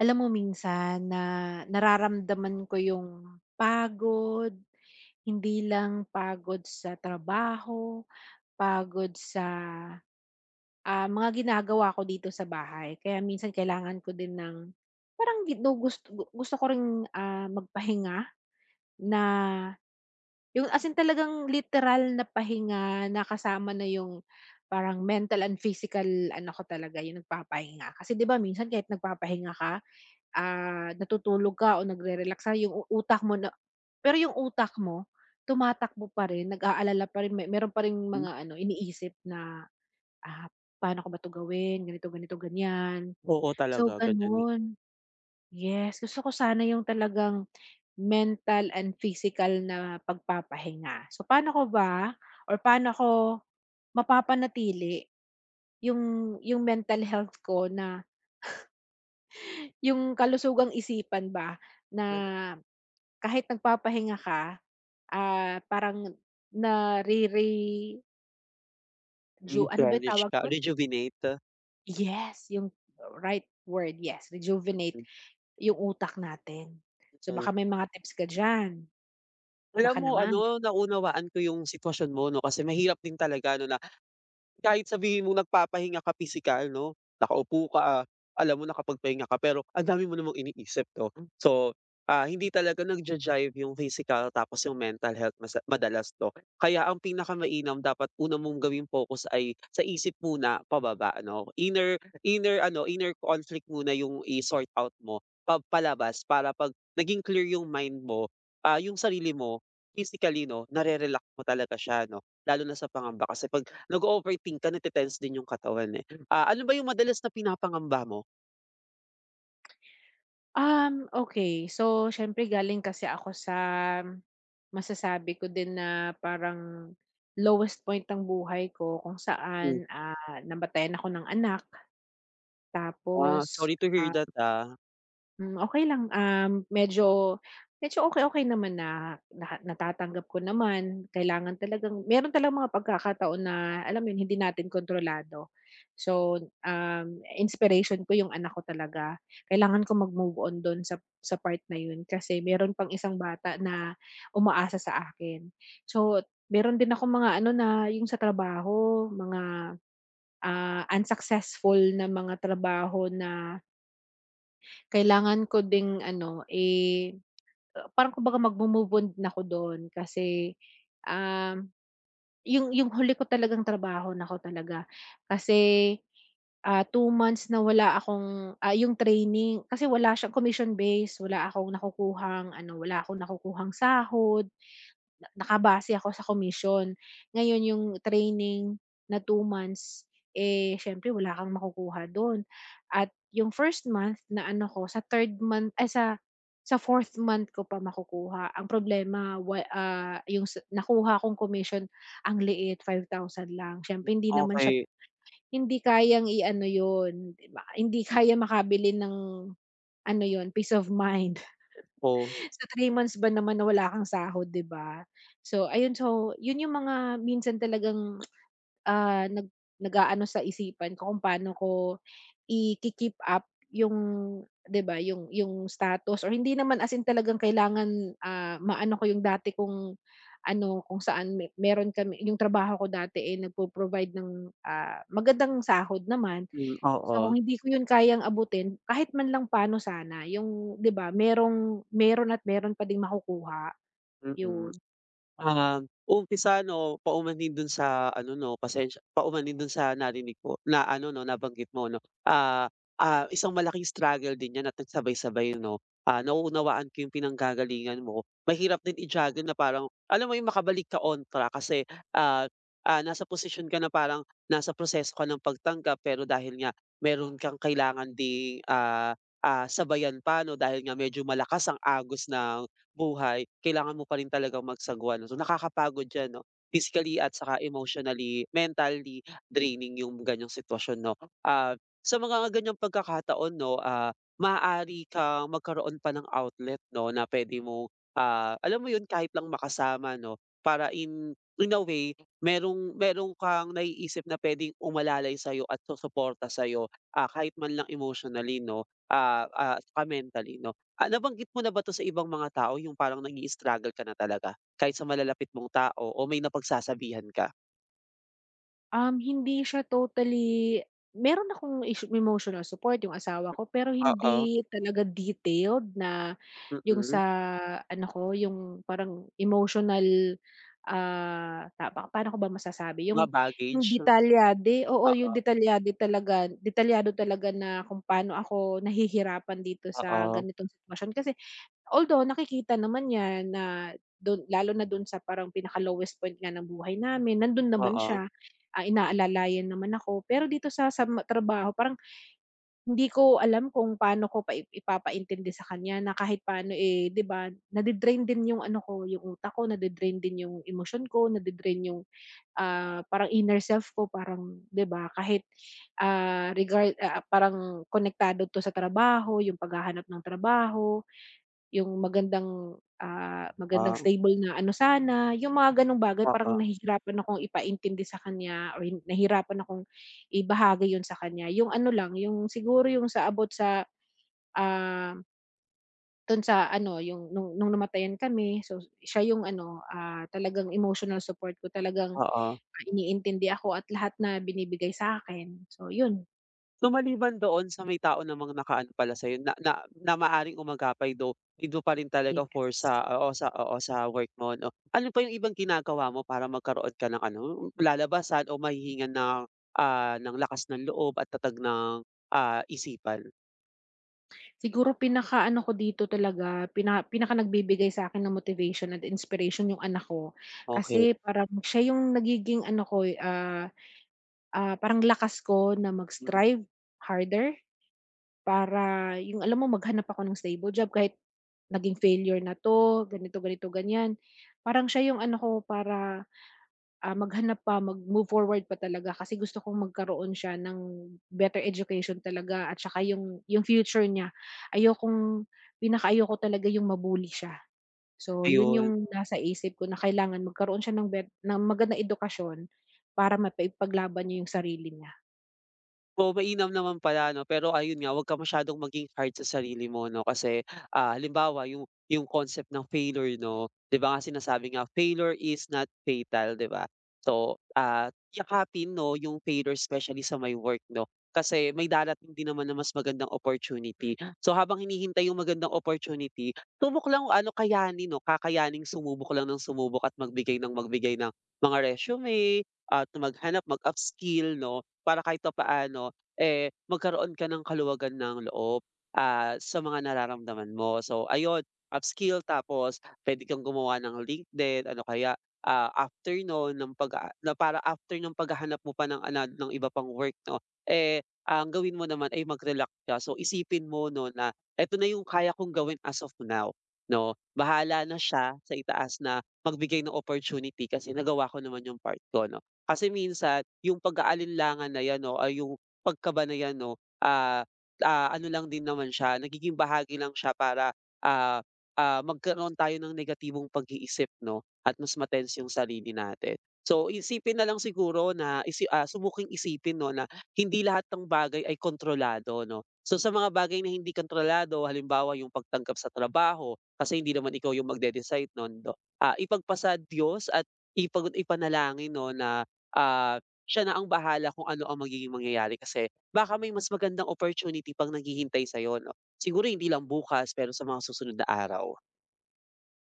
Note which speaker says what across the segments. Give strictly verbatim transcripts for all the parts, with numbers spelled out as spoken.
Speaker 1: Alam mo minsan na nararamdaman ko yung pagod, hindi lang pagod sa trabaho, pagod sa, ah, mga ginagawa ko dito sa bahay. Kaya minsan kailangan ko din ng parang ginugus gusto gu- gusto ko ring, ah, magpahinga na yung as in talagang literal na pahinga na kasama na yung parang mental and physical ano ko talaga, yung nagpapahinga. Kasi 'di ba minsan kahit nagpapahinga ka, ah, natutulog ka o nagre-relax ka yung u- utak mo na, pero yung utak mo tumatakbo pa rin, nag-aalala pa rin, me meron pa ring
Speaker 2: Hmm,
Speaker 1: mga ano iniisip na, ah, "Paano ko ba 'to gawin, ganito, ganito, ganyan."
Speaker 2: oo
Speaker 1: So
Speaker 2: talaga ganyan, eh.
Speaker 1: gano'n. Yes, gusto ko sana yung talagang mental and physical na pagpapahinga. So paano ko ba, or paano ko mapapanatili yung yung mental health ko, na yung kalusugang isipan ba na
Speaker 2: Mm,
Speaker 1: kahit nagpapahinga ka, ah, parang nare-reju, ano ba yung
Speaker 2: replenish
Speaker 1: tawag
Speaker 2: ka,
Speaker 1: nun?
Speaker 2: rejuvenate.
Speaker 1: Yes, yung right word, yes, rejuvenate yung utak natin. So
Speaker 2: Mm.
Speaker 1: baka may mga tips ka diyan,
Speaker 2: Alam
Speaker 1: baka
Speaker 2: mo
Speaker 1: naman?
Speaker 2: ano, naunawaan ko yung sitwasyon mo 'no, kasi mahirap din talaga 'no, kahit sabihin mong nagpapahinga ka pisikal 'no, nakaupo ka, ah, alam mo nakapagpahinga ka pero ang dami mo namang iniisip 'no. So, ah, hindi talaga nagja-jive yung physical, tapos yung mental health mas madalas 'no. Kaya ang pinakamainam dapat una mong gawing focus ay sa isip muna pababa ano, inner inner ano, inner conflict muna yung i-sort out mo pa palabas para 'pag naging clear yung mind mo, ah, yung sarili mo physically 'no, nare-relax mo talaga siya 'no. Lalo na sa pangamba kasi 'pag nag-o-overthink ka nate din yung katawan, eh. Ah, ano ba yung madalas na pinapangamba mo?
Speaker 1: Um, okey. So siyempre galing kasi ako sa, masasabi ko din na parang lowest point ng buhay ko, kung saan,
Speaker 2: Hmm,
Speaker 1: ah, namatayan ako ng anak.
Speaker 2: ah,
Speaker 1: Tapos,
Speaker 2: sorry to hear
Speaker 1: ah,
Speaker 2: that, ah.
Speaker 1: hmm, okey lang, um, medyo medyo okey-okey naman na, na natatanggap ko naman. Kailangan talagang, meron talagang mga pagkakataon na, alam mo 'yun, hindi natin kontrolado. So, um, inspiration ko yung anak ko talaga. Kailangan ko mag-move on dun sa sa part na yun, kasi meron pang isang bata na umaasa sa akin. So, meron din akong mga ano na yung sa trabaho, mga, ah, unsuccessful na mga trabaho na kailangan ko ding ano, eh, parang kumbaga magmo-move on din ako do'n, kasi, um, yung yung huli ko talagang trabaho nako talaga, kasi, ah, two months na wala akong, ah, yung training kasi wala siyang commission base, wala akong nakukuhang ano, wala akong nakukuhang sahod, na nakabase ako sa commission. Ngayon yung training na two months, eh, siyempre wala kang makukuha dun, at yung first month na ano ko sa third month ay sa sa fourth month ko pa makukuha. Ang problema wa ah, yung sa nakuha kong commission ang liit, five thousand lang. Siyempre hindi naman siya
Speaker 2: Okey.
Speaker 1: hindi kayang i-ano yun, 'di ba, hindi kayang makabili ng ano yun, peace of mind.
Speaker 2: Oh,
Speaker 1: Sa three months ba naman na wala kang sahod, 'di ba? So ayun, so yun yung mga minsan talagang, ah, nag nag-aano sa isipan ko kung paano ko i keep up yung, 'di ba, yung yung status, or hindi naman as in talagang kailangan, ah, maano ko yung dati kong ano, kung saan me meron kami yung trabaho ko dati, eh, nagpo-provide ng, ah, magandang sahod naman.
Speaker 2: hmm,
Speaker 1: So,
Speaker 2: oo,
Speaker 1: kung hindi ko 'yun kayang abutin, kahit man lang paano sana yung, 'di ba, merong meron at meron pa ding makukuha,
Speaker 2: mm.
Speaker 1: 'yun.
Speaker 2: Ah, umpisa 'no, paumanhin dun sa ano 'no, pasensya paumanhin dun sa narinig ko na ano 'no, nabanggit mo 'no. Ah, ah, isang malaking struggle din 'yan at nagsabay-sabay 'no. Ah, nauunawaan ko yung pinanggagalingan mo. Mahirap din i-juggle na parang alam mo yung makabalik ka on track kasi, ah, ah, nasa posisyon ka na parang nasa proseso ka ng pagtanggap pero dahil nga meron kang kailangan ding, ah, ah, sabayan pa 'no, dahil nga medyo malakas ang agos ng buhay, kailangan mo pa rin talagang magsagwa 'no. So nakakapagod 'yan 'no, physically at saka emotionally, mentally draining yung ganiyang sitwasyon 'no. Ah, sa mga ganiyang pagkakataon 'no, ah, maaari kang magkaroon pa ng outlet 'no na puwede mo, ah, alam mo yun kahit lang makasama 'no, para in in a way merong merong kang naiisip na puwedeng umalalay sa'yo at susuporta sa'yo, ah, kahit man lang emotionally 'no, ah, ah, saka mentally 'no. Ah, nabanggit mo na ba 'to sa ibang mga tao, yung parang nag-i-struggle ka na talaga kahit sa malalapit mong tao o may napagsasabihan ka?
Speaker 1: Um, hindi siya totally, meron akong ish emotional support, yung asawa ko, pero
Speaker 2: Oo,
Speaker 1: hindi talaga detailed na yung
Speaker 2: mm.
Speaker 1: sa ano ko, yung parang emotional, ah, ta pa paano ko ba masasabi,
Speaker 2: Mga
Speaker 1: yung yung
Speaker 2: baggage,
Speaker 1: detalyade, oo, yung
Speaker 2: oo,
Speaker 1: detalyade talaga detalyado talaga na kung paano ako nahihirapan dito sa
Speaker 2: oo,
Speaker 1: ganitong sitwasyon. Kasi, although nakikita naman niya na dun, lalo na dun sa parang pinaka-lowest point nga ng buhay namin, nandun naman
Speaker 2: oo,
Speaker 1: siya, ah, inaalalayan naman ako. Pero dito sa sa ma trabaho parang hindi ko alam kung paano ko pa i ipapaintindi sa kanya na kahit paano, eh, 'di ba, nade-drain din yung ano ko, yung utak ko, nade-drain din yung emotion ko, nade-drain yung, ah, parang inner self ko, parang, 'di ba, kahit, ah, regard ah, parang konektado 'to sa trabaho, yung paghahanap ng trabaho, yung magandang, ah, magandang
Speaker 2: ah,
Speaker 1: stable na ano sana, yung mga gano'ng bagay parang
Speaker 2: oo,
Speaker 1: nahihirapan akong ipaintindi sa kanya, or nahirapan akong ibahagi yun sa kanya. Yung ano lang, yung siguro yung sa about sa, ah, dun sa ano, yung nung nung namatayan kami, so siya yung ano, ah, talagang emotional support ko, talagang,
Speaker 2: oo.
Speaker 1: ah, iniintindi ako at lahat na binibigay sa akin. So yun,
Speaker 2: So, maliban doon sa may tao namang nakaano pala sa'yo na na na maaring umagapay do dito pa rin talaga for sa
Speaker 1: yes.
Speaker 2: oo, sa oo, sa work mo 'no. Ano pa yung ibang ginagawa mo para magkaroon ka ng ano, lalabasan o mahihingan ng, ah, ng lakas ng loob at tatag ng, ah, isipan?
Speaker 1: Siguro pinakaano ko dito talaga, pina pinaka nagbibigay sa akin ng motivation at inspiration yung anak ko.
Speaker 2: Okey,
Speaker 1: Kasi parang siya yung nagiging ano ko, eh, ah, ah, parang lakas ko na
Speaker 2: hmm,
Speaker 1: mag-strive harder para, yung alam mo, maghanap ako ng stable job kahit naging failure na 'to, ganito, ganito, ganyan. Parang siya yung ano ko para, ah, maghanap pa, mag-move forward pa talaga, kasi gusto kong magkaroon siya ng better education talaga, at saka yung yung future niya. Ayokong, pinakaayoko talaga yung ma siya. So, yun
Speaker 2: ayun.
Speaker 1: yung nasa isip ko na kailangan magkaroon siya ng bet ng magandang edukasyon para mapaipaglaban niya yung sarili niya.
Speaker 2: Oo, mainam naman pala 'no, pero ayun nga, 'wag ka masyadong maging hard sa sarili mo 'no, kasi, ah, halimbawa yung yung concept ng failure 'no, 'di ba nga sinasabi nga, "Failure is not fatal," 'di ba? So, ah, yakapin 'no yung failure especially sa may work 'no, kasi may darating din naman na mas magandang opportunity. So, habang hinihintay yung magandang opportunity, subok lang ano, kayanin 'no, kakayaning sumubok lang ng sumubok at magbigay ng magbigay ng mga resume at maghanap, mag-upskill 'no, para kahit papaano eh, magkaroon ka ng kaluwagan ng loob, ah, sa mga nararamdaman mo. So ayun, upskill tapos puwede kang gumawa ng LinkedIn, ano kaya, ah, after no'n ng pag na para after ng paghahanap mo pa ng ano, ng iba pang work 'no, eh, ang gawin mo naman ay mag-relax ka. So isipin mo 'no na, "Eto na yung kaya kong gawin as of now," 'no. Bahala na siya sa itaas na magbigay ng opportunity kasi nagawa ko naman yung part ko 'no. Kasi minsan yung pag-aalinlangan na 'yan 'no, ay yung pagka 'no, ah, ah, ano lang din naman siya, nagiging bahagi lang siya para, ah, ah, magkaroon tayo ng negatibong pag-iisip 'no at mas ma-tense yung sarili natin. So, isipin na lang siguro na isi ah, subuking isipin 'no na hindi lahat ng bagay ay kontrolado 'no. So, sa mga bagay na hindi kontrolado, halimbawa yung pagtanggap sa trabaho, kasi hindi naman ikaw yung magde-decide nun do ah, ipagpasa Diyos at ipag ipanalangin 'no na, ah siya na ang bahala kung ano ang magiging mangyayari kasi baka may mas magandang opportunity pang naghihintay sa'yo 'no. Siguro hindi lang bukas pero sa mga susunod na araw.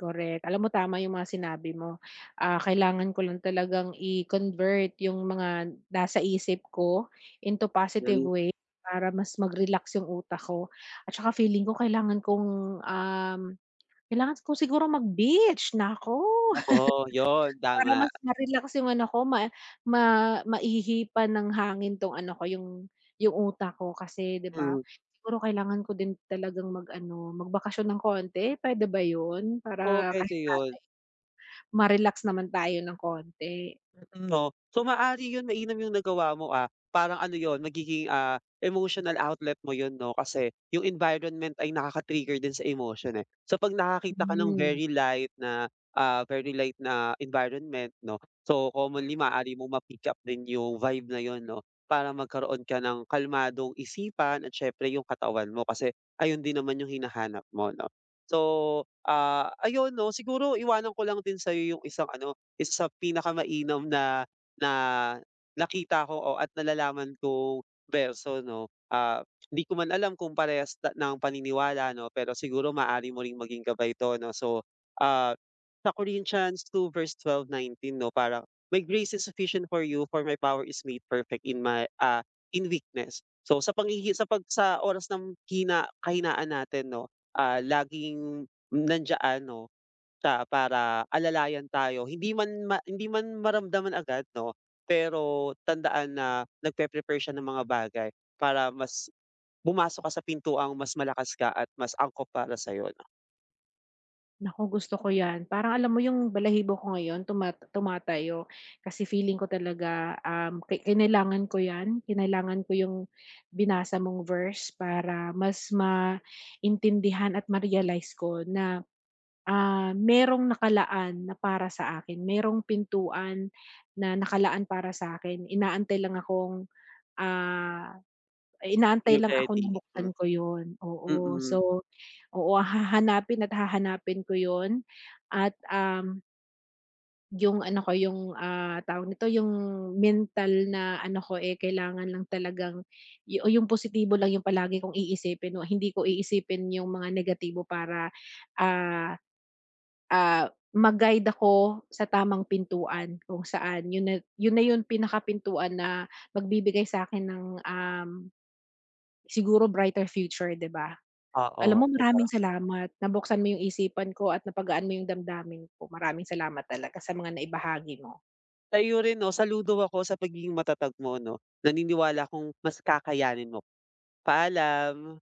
Speaker 1: Correct. Alam mo, tama yung mga sinabi mo. Ah, kailangan ko lang talagang i-convert yung mga nasa isip ko into positive
Speaker 2: Hmm,
Speaker 1: way, para mas mag-relax yung utak ko. At saka feeling ko kailangan kong, um, kailangan ko siguro mag-beach, nako.
Speaker 2: oo, 'yun
Speaker 1: Para
Speaker 2: tama.
Speaker 1: mas ma-relax yung ano ko, ma ma maihipan ng hangin 'tong ano ko, yung yung utak ko kasi, 'di ba,
Speaker 2: Hmm,
Speaker 1: siguro kailangan ko din talagang mag-ano, magbakasyon ng konti, puwede ba 'yun?
Speaker 2: oo
Speaker 1: Para
Speaker 2: puwede
Speaker 1: kahit
Speaker 2: 'yun.
Speaker 1: ma-relax naman tayo ng konti.
Speaker 2: Mm, 'no. So, maari 'yun mainam 'yung nagawa mo, ah, parang ano 'yun magiging, ah, emotional outlet mo 'yun 'no, kasi 'yung environment ay nakaka-trigger din sa emotion, eh. So, 'pag nakakita ka ng
Speaker 1: Hmm.
Speaker 2: very light na, ah, very light na environment 'no, so commonly maari mo ma-pick up din 'yung vibe na 'yun 'no, para magkaroon ka ng kalmadong isipan at siyempre 'yung katawan mo kasi ayun din naman 'yung hinahanap mo 'no. So, ah, ayun 'no, siguro iwanan ko lang din sa'yo 'yung isang ano, isa sa pinakamainam na na nakita ko o at nalalaman kong berso 'no. Ah, hindi ko man alam kung parehas ta ng paniniwala 'no, pero siguro maaari mo ring maging gabay 'to 'no. So, ah, sa Corinthians two verse twelve nineteen 'no, parang, "My grace is sufficient for you for my power is made perfect in my, ah, in weakness." So sa panghihi sa pag sa oras ng hina kahinaan natin 'no, ah, laging nandiyan 'no, siya para alalayan tayo hindi man ma hindi man maramdaman agad 'no, pero tandaan na nagpe-prepare siya ng mga bagay para mas bumasok ka sa pintuang mas malakas ka at mas angkop para sa 'no,
Speaker 1: Naku, gusto ko 'yan. Parang alam mo, yung balahibo ko ngayon tumat tumatayo kasi feeling ko talaga, um, ki kinailangan ko 'yan. Kinailangan ko yung binasa mong verse para mas maintindihan at ma-realize ko na, ah, merong nakalaan na para sa akin, merong pintuan na nakalaan para sa akin. Inaantay lang akong, ah Inaantay
Speaker 2: be
Speaker 1: lang ako na
Speaker 2: ready. Hmm,
Speaker 1: buksan ko 'yun,
Speaker 2: mm,
Speaker 1: oo.
Speaker 2: mm-mm.
Speaker 1: So, oo, hahanapin at hahanapin ko 'yun at, um, yung ano ko, yung, ah, tawag nito, yung mental na ano ko, eh, kailangan lang talagang, yu o yung positibo lang yung palagi kong iisipin, o hindi ko iisipin yung mga negatibo para, ah, ah, ma-guide ako sa tamang pintuan kung saan yun na yun na yung pinakapintuan na magbibigay sa'kin ng, um siguro brighter future, 'di ba?
Speaker 2: Oo,
Speaker 1: Alam mo,
Speaker 2: 'di ba?
Speaker 1: maraming salamat, nabuksan mo yung isipan ko at napagaan mo yung damdamin ko. Maraming salamat talaga sa mga naibahagi mo.
Speaker 2: Sa'yo rin 'no, saludo ako sa pagiging matatag mo 'no, naniniwala akong mas kakayanin mo. Paalam.